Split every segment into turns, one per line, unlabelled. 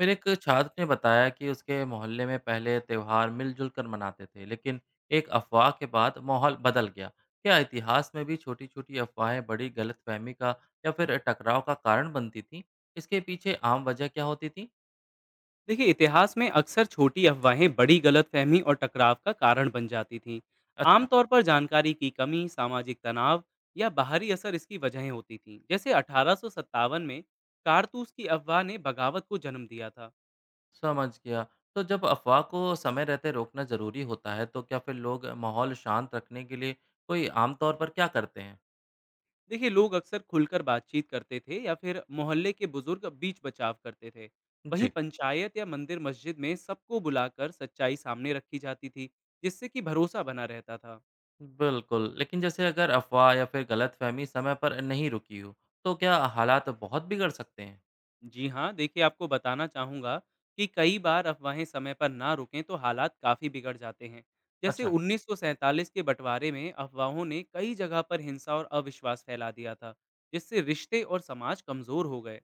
मेरे एक छात्र ने बताया कि उसके मोहल्ले में पहले त्योहार मिलजुल कर मनाते थे लेकिन एक अफवाह के बाद माहौल बदल गया। क्या इतिहास में भी छोटी छोटी अफवाहें बड़ी गलतफहमी का या फिर टकराव का कारण बनती थी? इसके पीछे आम वजह क्या होती थी?
देखिए इतिहास में अक्सर छोटी अफवाहें बड़ी गलतफहमी और टकराव का कारण बन जाती थीं।
अच्छा,
आमतौर पर जानकारी की कमी, सामाजिक तनाव या बाहरी असर इसकी वजहें होती थीं। जैसे 18 में कारतूस की अफवाह ने बगावत को जन्म दिया था।
समझ गया। तो जब अफवाह को समय रहते रोकना जरूरी होता है, तो क्या फिर लोग माहौल शांत रखने के लिए कोई आमतौर पर क्या करते हैं?
देखिए लोग अक्सर खुलकर बातचीत करते थे या फिर मोहल्ले के बुजुर्ग बीच बचाव करते थे। वहीं
जी।
पंचायत या मंदिर मस्जिद में सबको बुलाकर सच्चाई सामने रखी जाती थी, जिससे कि भरोसा बना रहता था।
बिल्कुल, लेकिन जैसे अगर अफ़वाह या फिर गलतफ़हमी समय पर नहीं रुकी हो, तो क्या हालात बहुत बिगड़ सकते हैं?
जी हाँ, देखिए आपको बताना चाहूँगा कि कई बार अफ़वाहें समय पर ना रुकें तो हालात काफ़ी बिगड़ जाते हैं। जैसे
अच्छा।
1947 के बँटवारे में अफ़वाहों ने कई जगह पर हिंसा और अविश्वास फैला दिया था, जिससे रिश्ते और समाज कमज़ोर हो गए।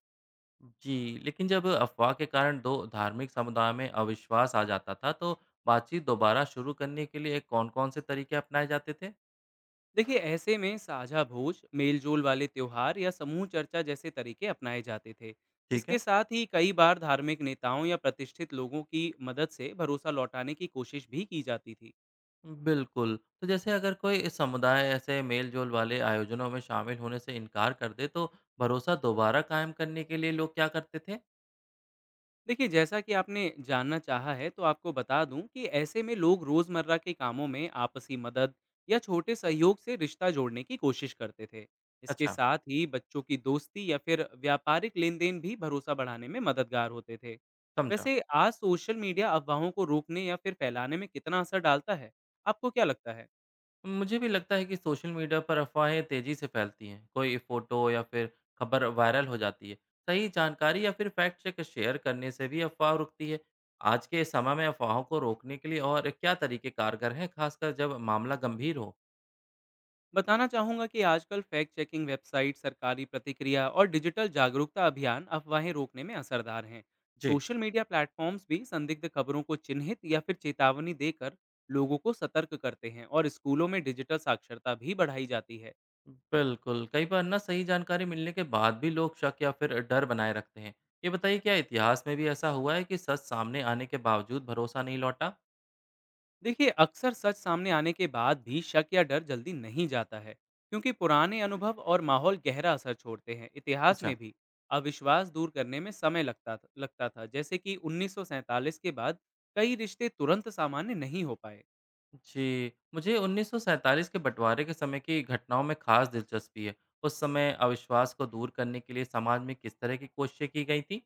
जी, लेकिन जब अफ़वाह के कारण दो धार्मिक समुदाय में अविश्वास आ जाता था, तो बातचीत दोबारा शुरू करने के लिए कौन-कौन से तरीके अपनाए जाते थे?
देखिए ऐसे में साझा भोज, मेल-जोल वाले त्योहार या समूह चर्चा जैसे तरीके अपनाए जाते थे।
ठीक
इसके
है।
साथ ही कई बार धार्मिक नेताओं या प्रतिष्ठित लोगों की मदद से भरोसा लौटाने की कोशिश भी की जाती थी।
बिल्कुल, तो जैसे अगर कोई इस समुदाय ऐसे मेल-जोल वाले आयोजनों में शामिल होने से इनकार कर दे, तो भरोसा दोबारा कायम करने के लिए लोग क्या करते थे?
देखिए जैसा कि आपने जानना चाहा है तो आपको बता दूं कि ऐसे में लोग रोजमर्रा के कामों में आपसी मदद या छोटे सहयोग से रिश्ता जोड़ने की कोशिश करते थे। इसके
अच्छा,
साथ ही बच्चों की दोस्ती या फिर व्यापारिक लेन देन भी भरोसा बढ़ाने में मददगार होते थे।
समझा।
वैसे आज सोशल मीडिया अफवाहों को रोकने या फिर फैलाने में कितना असर डालता है, आपको क्या लगता है?
मुझे भी लगता है कि सोशल मीडिया पर अफवाहें तेजी से फैलती हैं। कोई फोटो या फिर खबर वायरल हो जाती है। सही जानकारी या फिर फैक्ट चेक शेयर करने से भी अफवाह रुकती है। आज के समय में अफवाहों को रोकने के लिए और क्या तरीके कारगर हैं, खासकर जब मामला गंभीर हो?
बताना चाहूँगा कि आजकल फैक्ट चेकिंग वेबसाइट, सरकारी प्रतिक्रिया और डिजिटल जागरूकता अभियान अफवाहें रोकने में असरदार हैं।
जी।
सोशल मीडिया प्लेटफॉर्म्स भी संदिग्ध खबरों को चिन्हित या फिर चेतावनी देकर लोगों को सतर्क करते हैं और स्कूलों में डिजिटल साक्षरता भी बढ़ाई जाती है।
बिल्कुल, कई बार ना सही जानकारी मिलने के बाद भी लोग शक या फिर डर बनाए रखते हैं। ये बताइए, क्या इतिहास में भी ऐसा हुआ है कि सच सामने आने के बावजूद भरोसा नहीं लौटा?
देखिए अक्सर सच सामने आने के बाद भी शक या डर जल्दी नहीं जाता है, क्योंकि पुराने अनुभव और माहौल गहरा असर छोड़ते हैं। इतिहास में
अच्छा।
भी अविश्वास दूर करने में समय लगता था। जैसे कि 1947 के बाद कई रिश्ते तुरंत सामान्य नहीं हो पाए।
जी, मुझे 1947 के बँटवारे के समय की घटनाओं में ख़ास दिलचस्पी है। उस समय अविश्वास को दूर करने के लिए समाज में किस तरह की कोशिशें की गई थीं?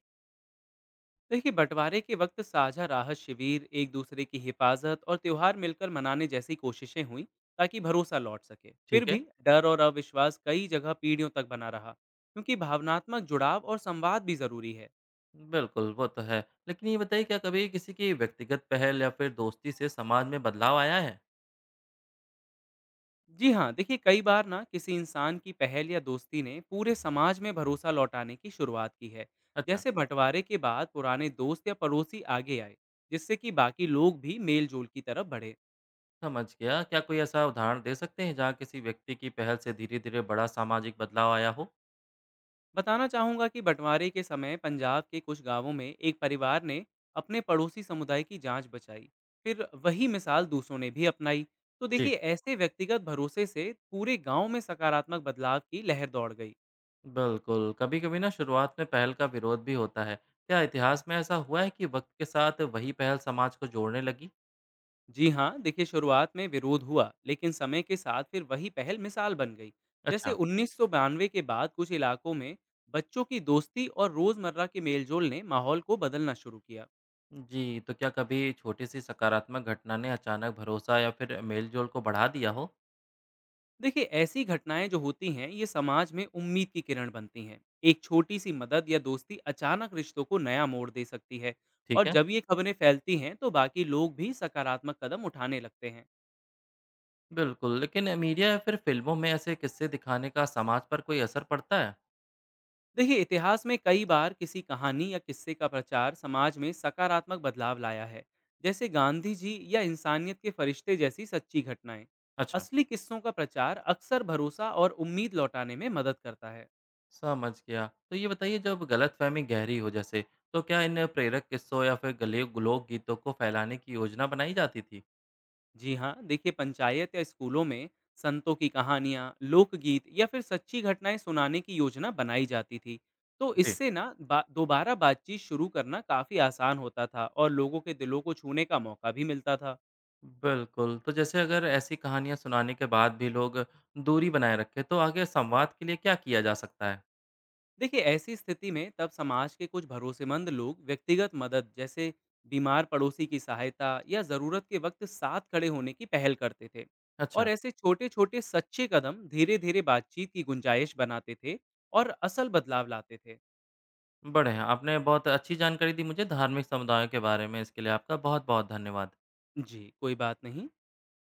देखिए बंटवारे के वक्त साझा राहत शिविर, एक दूसरे की हिफाजत और त्यौहार मिलकर मनाने जैसी कोशिशें हुई ताकि भरोसा लौट सके। फिर
ठीक है।
भी डर और अविश्वास कई जगह पीढ़ियों तक बना रहा, क्योंकि भावनात्मक जुड़ाव और संवाद भी जरूरी है।
बिल्कुल, वो तो है। लेकिन ये बताइए, क्या कभी किसी की व्यक्तिगत पहल या फिर दोस्ती से समाज में बदलाव आया है?
जी हाँ, देखिए कई बार ना किसी इंसान की पहल या दोस्ती ने पूरे समाज में भरोसा लौटाने की शुरुआत की है।
अच्छा।
जैसे बंटवारे के बाद पुराने दोस्त या पड़ोसी आगे आए, जिससे कि बाकी लोग भी मेल जोल की तरफ बढ़े।
समझ गया। क्या कोई ऐसा उदाहरण दे सकते हैं जहाँ किसी व्यक्ति की पहल से धीरे-धीरे बड़ा सामाजिक बदलाव आया हो?
बताना चाहूँगा कि बंटवारे के समय पंजाब के कुछ गांवों में एक परिवार ने अपने पड़ोसी समुदाय की जान बचाई, फिर वही मिसाल दूसरों ने भी अपनाई। तो
जी।
देखिए ऐसे व्यक्तिगत भरोसे से पूरे गांव में सकारात्मक बदलाव की लहर दौड़ गई।
बिल्कुल, कभी-कभी ना शुरुआत में पहल का विरोध भी होता है। क्या इतिहास में ऐसा हुआ है कि वक्त के साथ वही पहल समाज को जोड़ने लगी?
जी हाँ, देखिए शुरुआत में विरोध हुआ, लेकिन समय के साथ फिर वही पहल मिसाल बन गई। जैसे
अच्छा।
1992 के बाद कुछ इलाकों में बच्चों की दोस्ती और रोजमर्रा के मेलजोल ने माहौल को बदलना शुरू किया।
जी, तो क्या कभी छोटी सी सकारात्मक घटना ने अचानक भरोसा या फिर मेलजोल को बढ़ा दिया हो?
देखिए ऐसी घटनाएं जो होती हैं, ये समाज में उम्मीद की किरण बनती हैं। एक छोटी सी मदद या दोस्ती अचानक रिश्तों को नया मोड़ दे सकती है।
ठीक
और
है।
जब ये खबरें फैलती हैं तो बाकी लोग भी सकारात्मक कदम उठाने लगते हैं।
बिल्कुल, लेकिन मीडिया या फिर फिल्मों में ऐसे किस्से दिखाने का समाज पर कोई असर पड़ता है?
देखिए इतिहास में कई बार किसी कहानी या किस्से का प्रचार समाज में सकारात्मक बदलाव लाया है। जैसे गांधी जी या इंसानियत के फरिश्ते जैसी सच्ची घटनाएं,
अच्छा।
असली किस्सों का प्रचार अक्सर भरोसा और उम्मीद लौटाने में मदद करता है।
समझ गया। तो ये बताइए, जब गलतफहमी गहरी हो जैसे, तो क्या इन प्रेरक किस्सों या फिर गले लोक गीतों को फैलाने की योजना बनाई जाती थी?
जी हाँ, देखिए पंचायत या स्कूलों में संतों की कहानियाँ, लोकगीत या फिर सच्ची घटनाएं सुनाने की योजना बनाई जाती थी। तो
जी।
इससे ना दोबारा बातचीत शुरू करना काफ़ी आसान होता था और लोगों के दिलों को छूने का मौका भी मिलता था।
बिल्कुल, तो जैसे अगर ऐसी कहानियाँ सुनाने के बाद भी लोग दूरी बनाए रखें, तो आगे संवाद के लिए क्या किया जा सकता है?
देखिए ऐसी स्थिति में तब समाज के कुछ भरोसेमंद लोग व्यक्तिगत मदद जैसे बीमार पड़ोसी की सहायता या ज़रूरत के वक्त साथ खड़े होने की पहल करते थे। और
अच्छा,
ऐसे छोटे छोटे सच्चे कदम धीरे धीरे बातचीत की गुंजाइश बनाते थे और असल बदलाव लाते थे।
बढ़िया, आपने बहुत अच्छी जानकारी दी मुझे धार्मिक समुदायों के बारे में, इसके लिए आपका बहुत-बहुत धन्यवाद।
जी, कोई बात नहीं।